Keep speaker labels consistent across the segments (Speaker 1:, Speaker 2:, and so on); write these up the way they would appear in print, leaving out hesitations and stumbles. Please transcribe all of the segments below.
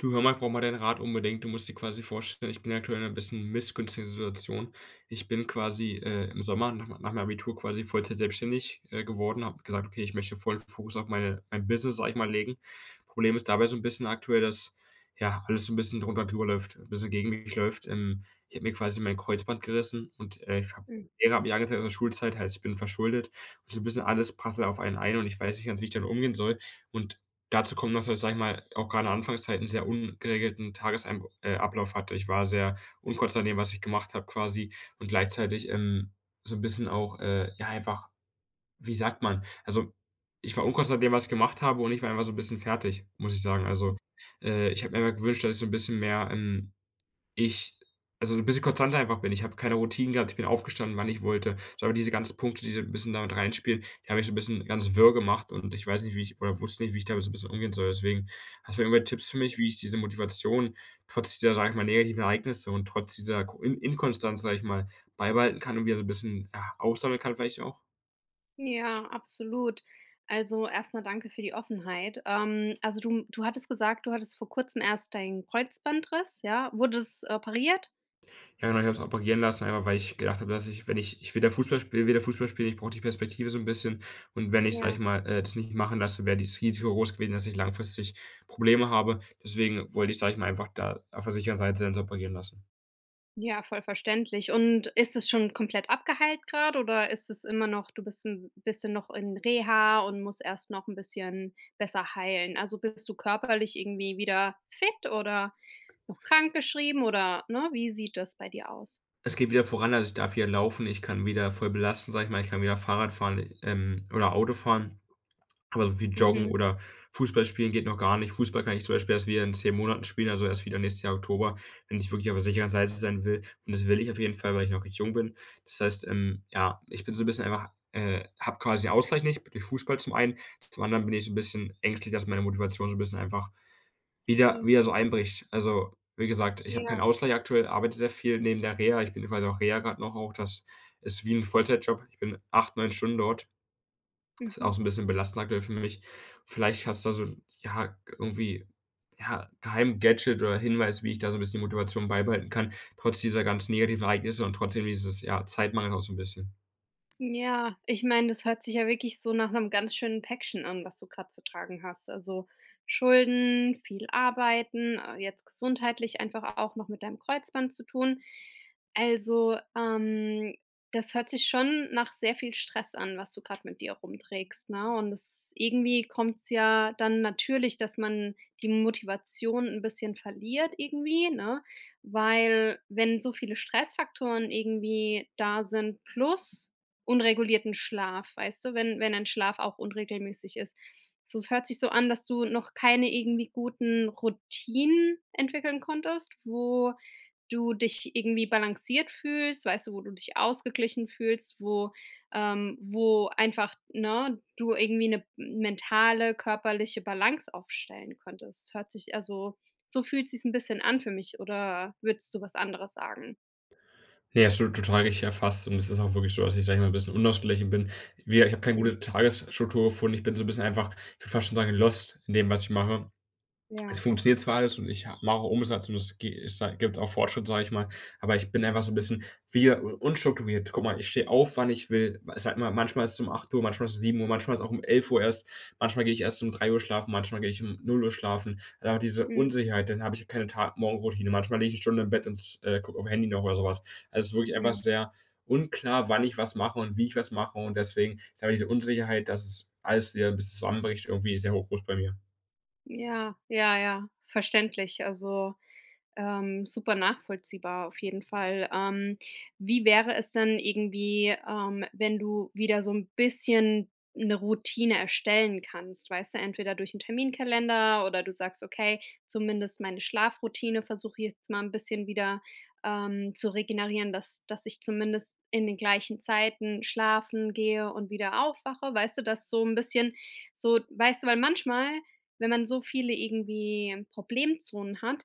Speaker 1: Du, hör mal, ich brauche mal deinen Rat unbedingt. Du musst dir quasi vorstellen, ich bin aktuell in einer bisschen missgünstigen Situation. Ich bin quasi, im Sommer nach meinem Abitur quasi Vollzeit selbstständig, geworden, habe gesagt: „Okay, ich möchte vollen Fokus auf mein Business, sage ich mal, legen." Problem ist dabei so ein bisschen aktuell, dass, ja, alles so ein bisschen drunter und drüber läuft, ein bisschen gegen mich läuft. Ich habe mir quasi mein Kreuzband gerissen und ich habe
Speaker 2: Hm,
Speaker 1: Lehrer habe mich angezeigt aus der Schulzeit, heißt, ich bin verschuldet und so ein bisschen alles prasselt auf einen ein und ich weiß nicht ganz, wie ich damit umgehen soll. Und Dazu kommt noch, dass ich, sage ich mal, auch gerade in der Anfangszeit 'n sehr ungeregelten Tageseinb Ablauf hatte. Ich war sehr unkonzentriert in dem, was ich gemacht habe quasi, und gleichzeitig, so 'n bisschen auch, ja, einfach, wie sagt man? Also, ich war unkonzentriert in dem, was ich gemacht habe, und ich war einfach so 'n bisschen fertig, muss ich sagen. Also, ich habe mir einfach gewünscht, dass ich so 'n bisschen mehr, ich also ein bisschen konstanter einfach bin. Ich habe keine Routinen gehabt, ich bin aufgestanden, wann ich wollte. So, aber diese ganzen Punkte, die so 'n bisschen damit reinspielen, die haben mich so ein bisschen ganz wirr gemacht, und ich weiß nicht, wie ich oder wusste nicht, wie ich damit so ein bisschen umgehen soll. Deswegen, hast du irgendwelche Tipps für mich, wie ich diese Motivation trotz dieser, sage ich mal, negativen Ereignisse und trotz dieser Ko In Inkonstanz, sage ich mal, beibehalten kann und wieder so ein bisschen, ja, aufsammeln kann vielleicht auch?
Speaker 2: ja, absolut. Also, erstmal danke für die Offenheit. Also, du hattest gesagt, du hattest vor Kurzem erst deinen Kreuzbandriss, ja? Wurde es, operiert?
Speaker 1: Ja, genau, ich habe es operieren lassen, einfach weil ich gedacht habe, dass ich, wenn ich will da Fußball spiel will da Fußball spielen, ich brauche die Perspektive so ein bisschen. Und wenn ich, sage
Speaker 2: Ja.
Speaker 1: ich mal, das nicht machen lasse, wäre das Risiko groß gewesen, dass ich langfristig Probleme habe. Deswegen wollte ich, sage ich mal, einfach da auf der sicheren Seite dann so operieren lassen.
Speaker 2: Ja, voll verständlich. Und ist es schon komplett abgeheilt gerade oder ist es immer noch du bist ein bisschen noch in Reha und musst erst noch ein bisschen besser heilen? Also, bist du körperlich irgendwie wieder fit oder noch krankgeschrieben oder, ne, wie sieht das bei dir aus?
Speaker 1: Es geht wieder voran, also ich darf wieder laufen, ich kann wieder voll belasten, sage ich mal, ich kann wieder Fahrrad fahren, oder Auto fahren. Aber so wie Joggen
Speaker 2: Mhm.
Speaker 1: oder Fußball spielen geht noch gar nicht. Fußball kann ich zum Beispiel erst wieder in 10 Monaten spielen, also erst wieder nächstes Jahr Oktober, wenn ich wirklich auf der sicheren Seite sein will. Und das will ich auf jeden Fall, weil ich noch recht jung bin. Das heißt, ja, ich bin so ein bisschen einfach, habe quasi den Ausgleich nicht durch Fußball zum einen. Zum anderen bin ich so ein bisschen ängstlich, dass meine Motivation so ein bisschen einfach wieder
Speaker 2: Ja.
Speaker 1: wieder so einbricht. Also, wie gesagt, ich habe
Speaker 2: Ja.
Speaker 1: keinen Ausgleich aktuell, arbeite sehr viel neben der Reha. Ich bin quasi auch Reha gerade noch auch. Das ist wie ein Vollzeitjob. Ich bin 8, 9 Stunden dort, ist auch
Speaker 2: Mhm.
Speaker 1: so 'n bisschen belastend aktuell für mich. Vielleicht hast du da so, ja, irgendwie, ja, Geheim-Gadget oder Hinweis, wie ich da so 'n bisschen die Motivation beibehalten kann, trotz dieser ganzen negativen Ereignisse und trotzdem dieses, ja, Zeitmangels auch so 'n bisschen.
Speaker 2: Ja, ich meine, das hört sich ja wirklich so nach einem ganz schönen Päckchen an, was du gerade zu tragen hast. Also, Schulden, viel arbeiten, jetzt gesundheitlich einfach auch noch mit deinem Kreuzband zu tun. Also, das hört sich schon nach sehr viel Stress an, was du gerade mit dir rumträgst, ne? Und das irgendwie kommt's ja dann natürlich, dass man die Motivation ein bisschen verliert irgendwie, ne? Weil wenn so viele Stressfaktoren irgendwie da sind plus unregulierten Schlaf, weißt du, wenn ein Schlaf auch unregelmäßig ist. So, es hört sich so an, dass du noch keine irgendwie guten Routinen entwickeln konntest, wo du dich irgendwie balanciert fühlst, weißt du, wo du dich ausgeglichen fühlst, wo wo einfach, ne, du irgendwie eine mentale, körperliche Balance aufstellen könntest. Hört sich also, so fühlt sich's ein bisschen an für mich, oder würdest du was anderes sagen?
Speaker 1: Ne, hast du total richtig erfasst, und es ist auch wirklich so, dass ich, sage ich mal, 'n bisschen unausgeglichen bin. Wie gesagt, ich habe keine
Speaker 2: Mhm.
Speaker 1: gute Tagesstruktur gefunden. Ich bin so 'n bisschen einfach, ich würde fast schon sagen, lost in dem, was ich mache. Es
Speaker 2: Ja.
Speaker 1: funktioniert zwar alles, und ich mache auch Umsatz, und es ge es sei gibt auch Fortschritt, sage ich mal, aber ich bin einfach so ein bisschen wie unstrukturiert. Guck mal, ich stehe auf, wann ich will. Manchmal ist es um 8 Uhr, manchmal ist es 7 Uhr, manchmal ist es auch um 11 Uhr erst, manchmal gehe ich erst um 3 Uhr schlafen, manchmal gehe ich um 0 Uhr schlafen. Einfach diese
Speaker 2: Mhm.
Speaker 1: Unsicherheit, dann habe ich keine Ta Morgenroutine. Manchmal liege ich eine Stunde im Bett und gucke aufm Handy noch oder sowas. Also, es ist wirklich einfach
Speaker 2: Mhm.
Speaker 1: sehr unklar, wann ich was mache und wie ich was mache, und deswegen ist einfach diese Unsicherheit, dass es alles wieder ein bisschen zusammenbricht, irgendwie sehr hoch, groß bei mir.
Speaker 2: Ja, ja, ja, verständlich. Also, super nachvollziehbar auf jeden Fall. Wie wäre es denn irgendwie, wenn du wieder so ein bisschen eine Routine erstellen kannst? Weißt du, entweder durch einen Terminkalender, oder du sagst: „Okay, zumindest meine Schlafroutine versuche ich jetzt mal ein bisschen wieder, zu regenerieren, dass ich zumindest in den gleichen Zeiten schlafen gehe und wieder aufwache.“ Weißt du, dass so ein bisschen so, weißt du, weil manchmal, wenn man so viele irgendwie Problemzonen hat,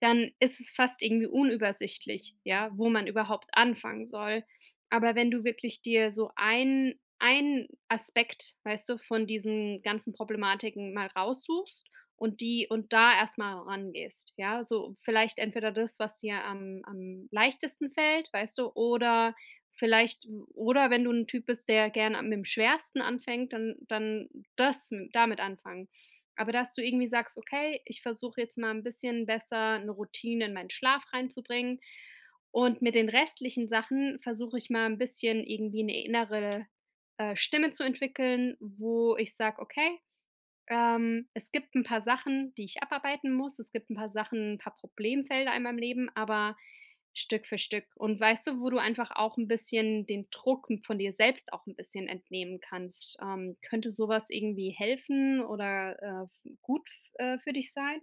Speaker 2: dann ist es fast irgendwie unübersichtlich, ja, wo man überhaupt anfangen soll. Aber wenn du wirklich dir so ein Aspekt, weißt du, von diesen ganzen Problematiken mal raussuchst und die und da erstmal rangehst, ja? So vielleicht entweder das, was dir am leichtesten fällt, weißt du, oder vielleicht, oder wenn du ein Typ bist, der gerne mit dem Schwersten anfängt, dann das damit anfangen. Aber dass du irgendwie sagst: „Okay, ich versuche jetzt mal ein bisschen besser eine Routine in meinen Schlaf reinzubringen und mit den restlichen Sachen versuche ich mal ein bisschen irgendwie eine innere, Stimme zu entwickeln, wo ich sage: 'Okay, es gibt ein paar Sachen, die ich abarbeiten muss. Es gibt ein paar Sachen, ein paar Problemfelder in meinem Leben, aber Stück für Stück. Und weißt du, wo du einfach auch ein bisschen den Druck von dir selbst auch ein bisschen entnehmen kannst? Könnte sowas irgendwie helfen oder, für dich sein?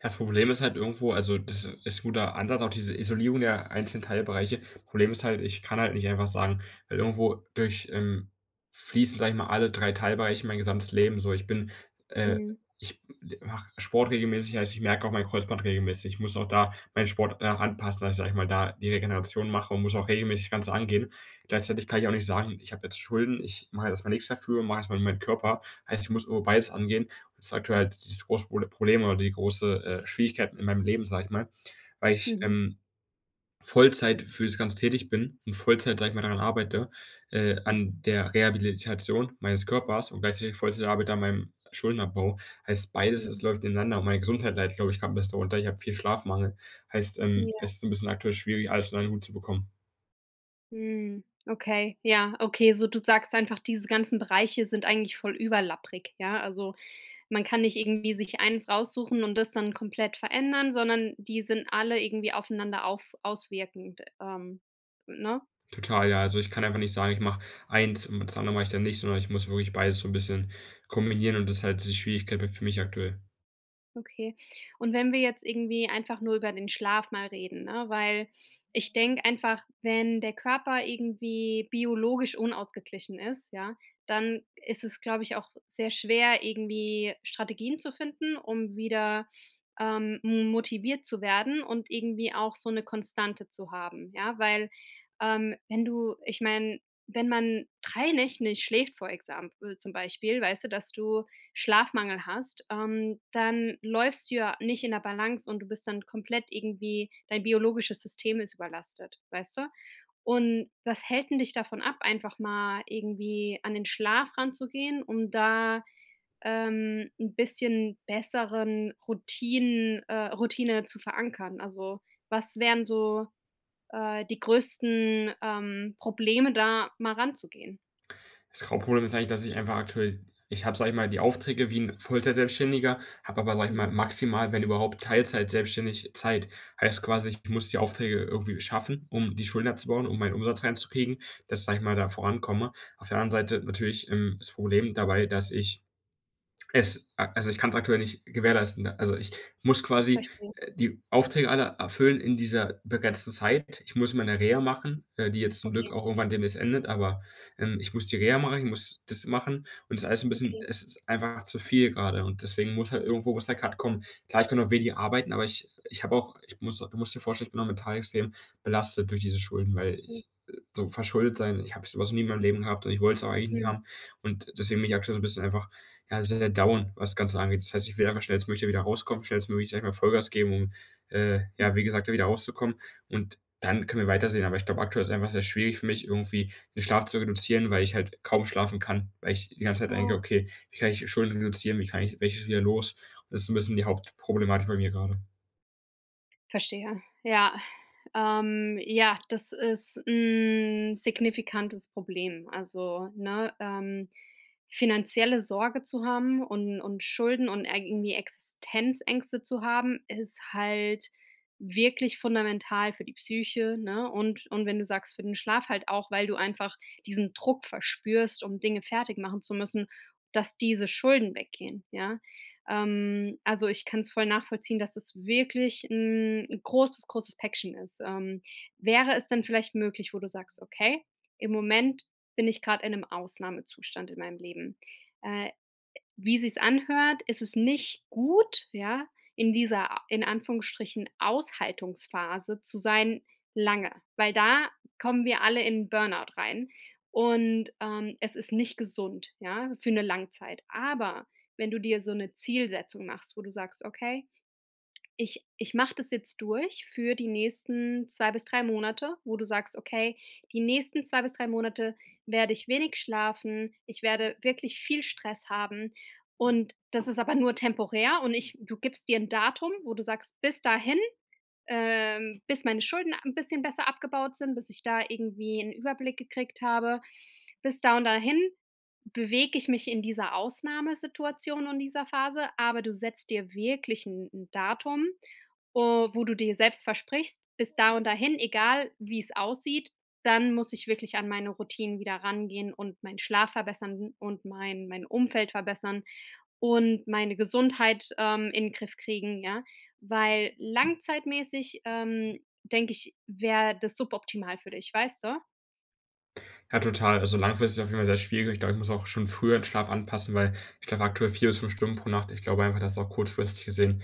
Speaker 1: Ja, das Problem ist halt irgendwo, also, das ist 'n guter Ansatz, auch diese Isolierung der einzelnen Teilbereiche. Problem ist halt, ich kann halt nicht einfach sagen, weil irgendwo durch, fließen, sage ich mal, alle 3 Teilbereiche mein gesamtes Leben so. Äh
Speaker 2: Mhm.
Speaker 1: ich mache Sport regelmäßig, heißt, ich merke auch mein Kreuzband regelmäßig. Ich muss auch da meinen Sport, anpassen, dass ich, sage ich mal, da die Regeneration mache und muss auch regelmäßig das Ganze angehen. Gleichzeitig kann ich auch nicht sagen: „Ich habe jetzt Schulden, ich mache jetzt mal nichts dafür, mache erst mal meinen Körper." Heißt, ich muss irgendwo beides angehen, das ist aktuell halt dieses große Problem oder die große, Schwierigkeit in meinem Leben, sage ich mal, weil ich,
Speaker 2: Mhm.
Speaker 1: Vollzeit für das Ganze tätig bin und Vollzeit, sage ich mal, daran arbeite,
Speaker 2: Mhm.
Speaker 1: an der Rehabilitation meines Körpers und gleichzeitig Vollzeit arbeite an meinem Schuldenabbau. Heißt, beides,
Speaker 2: Mhm.
Speaker 1: es läuft ineinander, und meine Gesundheit leidet, glaube ich, grad 'n bisschen darunter. Ich habe viel Schlafmangel. Heißt,
Speaker 2: Ja.
Speaker 1: es ist so ein bisschen aktuell schwierig, alles in einen Hut zu bekommen.
Speaker 2: Mhm. Okay, ja, okay, so du sagst einfach, diese ganzen Bereiche sind eigentlich voll überlapprig, ja? Also, man kann nicht irgendwie sich eins raussuchen und das dann komplett verändern, sondern die sind alle irgendwie aufeinander auf auswirkend, ne?
Speaker 1: Total, ja. Also, ich kann einfach nicht sagen, ich mache eins und das andere mache ich dann nicht, sondern ich muss wirklich beides so ein bisschen kombinieren, und das ist halt die Schwierigkeit für mich aktuell.
Speaker 2: Okay. Und wenn wir jetzt irgendwie einfach nur über den Schlaf mal reden, ne? Weil ich denke einfach, wenn der Körper irgendwie biologisch unausgeglichen ist, ja, dann ist es, glaube ich, auch sehr schwer, irgendwie Strategien zu finden, um wieder, ähm, motiviert zu werden und irgendwie auch so eine Konstante zu haben, ja? Weil, wenn du, ich meine, wenn man 3 Nächte nicht schläft vor Examen, zum Beispiel, weißt du, dass du Schlafmangel hast, dann läufst du ja nicht in der Balance und du bist dann komplett irgendwie, dein biologisches System ist überlastet, weißt du? Und was hält denn dich davon ab, einfach mal irgendwie an den Schlaf ranzugehen, um da, 'n bisschen besseren Routine zu verankern? Also, was wären so, die größten, Probleme, da mal ranzugehen?
Speaker 1: Das Hauptproblem ist eigentlich, dass ich einfach aktuell, ich habe, sage ich mal, die Aufträge wie 'n Vollzeitselbstständiger, habe aber, sage ich
Speaker 2: Mhm,
Speaker 1: mal, maximal, wenn überhaupt, Teilzeit selbstständig Zeit. Heißt quasi, ich muss die Aufträge irgendwie schaffen, um die Schulden abzubauen,
Speaker 2: okay.
Speaker 1: um meinen Umsatz reinzukriegen, dass, sage ich mal, da vorankomme. Auf der anderen Seite natürlich, das Problem dabei, dass es ich kann es aktuell nicht gewährleisten, ne? Also, ich muss
Speaker 2: Ich
Speaker 1: quasi,
Speaker 2: verstehe.
Speaker 1: die Aufträge alle erfüllen in dieser begrenzten Zeit. Ich muss meine Reha machen, die jetzt zum Glück
Speaker 2: Okay,
Speaker 1: auch irgendwann demnächst endet, aber, ich muss die Reha machen, ich muss das machen, und
Speaker 2: okay.
Speaker 1: es ist einfach zu viel gerade, und deswegen muss halt irgendwo muss der Cut kommen. Klar, ich kann noch wenig arbeiten, aber ich ich habe auch ich muss du musst dir vorstellen, ich bin auch mental extrem belastet durch diese Schulden, weil
Speaker 2: Mhm.
Speaker 1: ich, so verschuldet sein, ich habe so was noch nie in meinem Leben gehabt, und ich wollte es auch eigentlich nie
Speaker 2: Mhm.
Speaker 1: haben, und deswegen bin ich aktuell so ein bisschen einfach, ja, sehr down, was das Ganze angeht. Das heißt, ich will einfach schnellstmöglich da wieder rauskommen, schnellstmöglich, sage ich mal, Vollgas geben, um, ja, wie
Speaker 2: Mhm.
Speaker 1: gesagt, da wieder rauszukommen. Und dann können wir weitersehen. Aber ich glaube, aktuell ist einfach sehr schwierig für mich, irgendwie den Schlaf zu reduzieren, weil ich halt kaum schlafen kann, weil ich die ganze Zeit denke:
Speaker 2: Oh,
Speaker 1: „Okay, wie kann ich Schulden reduzieren? Wie kann ich welches wieder los?" Das ist so ein bisschen die Hauptproblematik bei mir gerade.
Speaker 2: verstehe. Ja. Ja, das ist ein signifikantes Problem. Also, ne, finanzielle Sorge zu haben und Schulden und irgendwie Existenzängste zu haben, ist halt wirklich fundamental für die Psyche, ne? Und wenn du sagst, für den Schlaf halt auch, weil du einfach diesen Druck verspürst, um Dinge fertig machen zu müssen, dass diese Schulden weggehen, ja? Also, ich kann es voll nachvollziehen, dass es wirklich ein großes, großes Päckchen ist. Wäre es dann vielleicht möglich, wo du sagst: „Okay, im Moment bin ich gerade in einem Ausnahmezustand in meinem Leben. Äh, wie sich's anhört, ist es nicht gut, ja, in dieser, in Anführungsstrichen, Aushaltungsphase zu sein lange, weil da kommen wir alle in Burnout rein und, es ist nicht gesund, ja, für eine Langzeit. Aber wenn du dir so eine Zielsetzung machst, wo du sagst: „Okay, ich mache das jetzt durch für die nächsten 2 bis 3 Monate“, wo du sagst: „Okay, die nächsten 2 bis 3 Monate werde ich wenig schlafen, ich werde wirklich viel Stress haben.“ Und das ist aber nur temporär, und ich, du gibst dir ein Datum, wo du sagst: „Bis dahin, bis meine Schulden ein bisschen besser abgebaut sind, bis ich da irgendwie einen Überblick gekriegt habe. Bis da und dahin bewege ich mich in dieser Ausnahmesituation und dieser Phase“, aber du setzt dir wirklich ein 'n Datum, o wo du dir selbst versprichst: „Bis da und dahin, egal wie es aussieht, dann muss ich wirklich an meine Routinen wieder rangehen und meinen Schlaf verbessern und mein Umfeld verbessern und meine Gesundheit, in 'n Griff kriegen“, ja? Weil langzeitmäßig, denke ich, wäre das suboptimal für dich, weißt du?
Speaker 1: Ja, total. Also, langfristig ist auf jeden Fall sehr schwierig. Ich glaube, ich muss auch schon früher den Schlaf anpassen, weil ich schlafe aktuell 4 bis 5 Stunden pro Nacht. Ich glaube einfach, dass auch kurzfristig gesehen,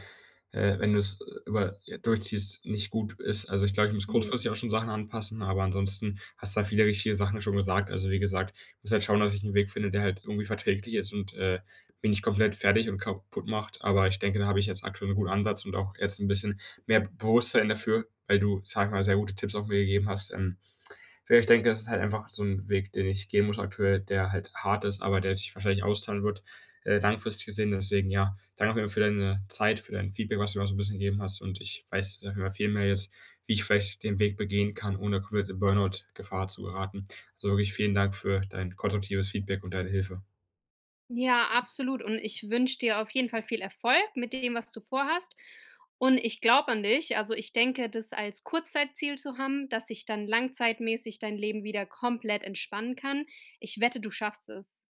Speaker 1: wenn du es über ja, durchziehst, nicht gut ist. Also, ich glaube, ich muss
Speaker 2: Ja.
Speaker 1: kurzfristig auch schon Sachen anpassen, aber ansonsten hast du da viele richtige Sachen schon gesagt. Also, wie gesagt, ich muss halt schauen, dass ich einen Weg finde, der halt irgendwie verträglich ist und mich nicht komplett fertig und kaputt macht. Aber ich denke, da habe ich jetzt aktuell einen guten Ansatz und auch jetzt ein bisschen mehr Bewusstsein dafür, weil du, sag ich mal, sehr gute Tipps auch mir gegeben hast. Ich denke, das ist halt einfach so ein Weg, den ich gehen muss aktuell, der halt hart ist, aber der sich wahrscheinlich auszahlen wird, langfristig gesehen. Deswegen, ja, danke auf jeden Fall für deine Zeit, für dein Feedback, was du mir auch so ein bisschen gegeben hast. Und ich weiß auf jeden Fall viel mehr jetzt, wie ich vielleicht den Weg begehen kann, ohne komplett in Burnout-Gefahr zu geraten. Also wirklich vielen Dank für dein konstruktives Feedback und deine Hilfe.
Speaker 2: Ja, absolut. Und ich wünsche dir auf jeden Fall viel Erfolg mit dem, was du vorhast. Und ich glaube an dich. Also ich denke, das als Kurzzeitziel zu haben, dass sich dann langzeitmäßig dein Leben wieder komplett entspannen kann. Ich wette, du schaffst es.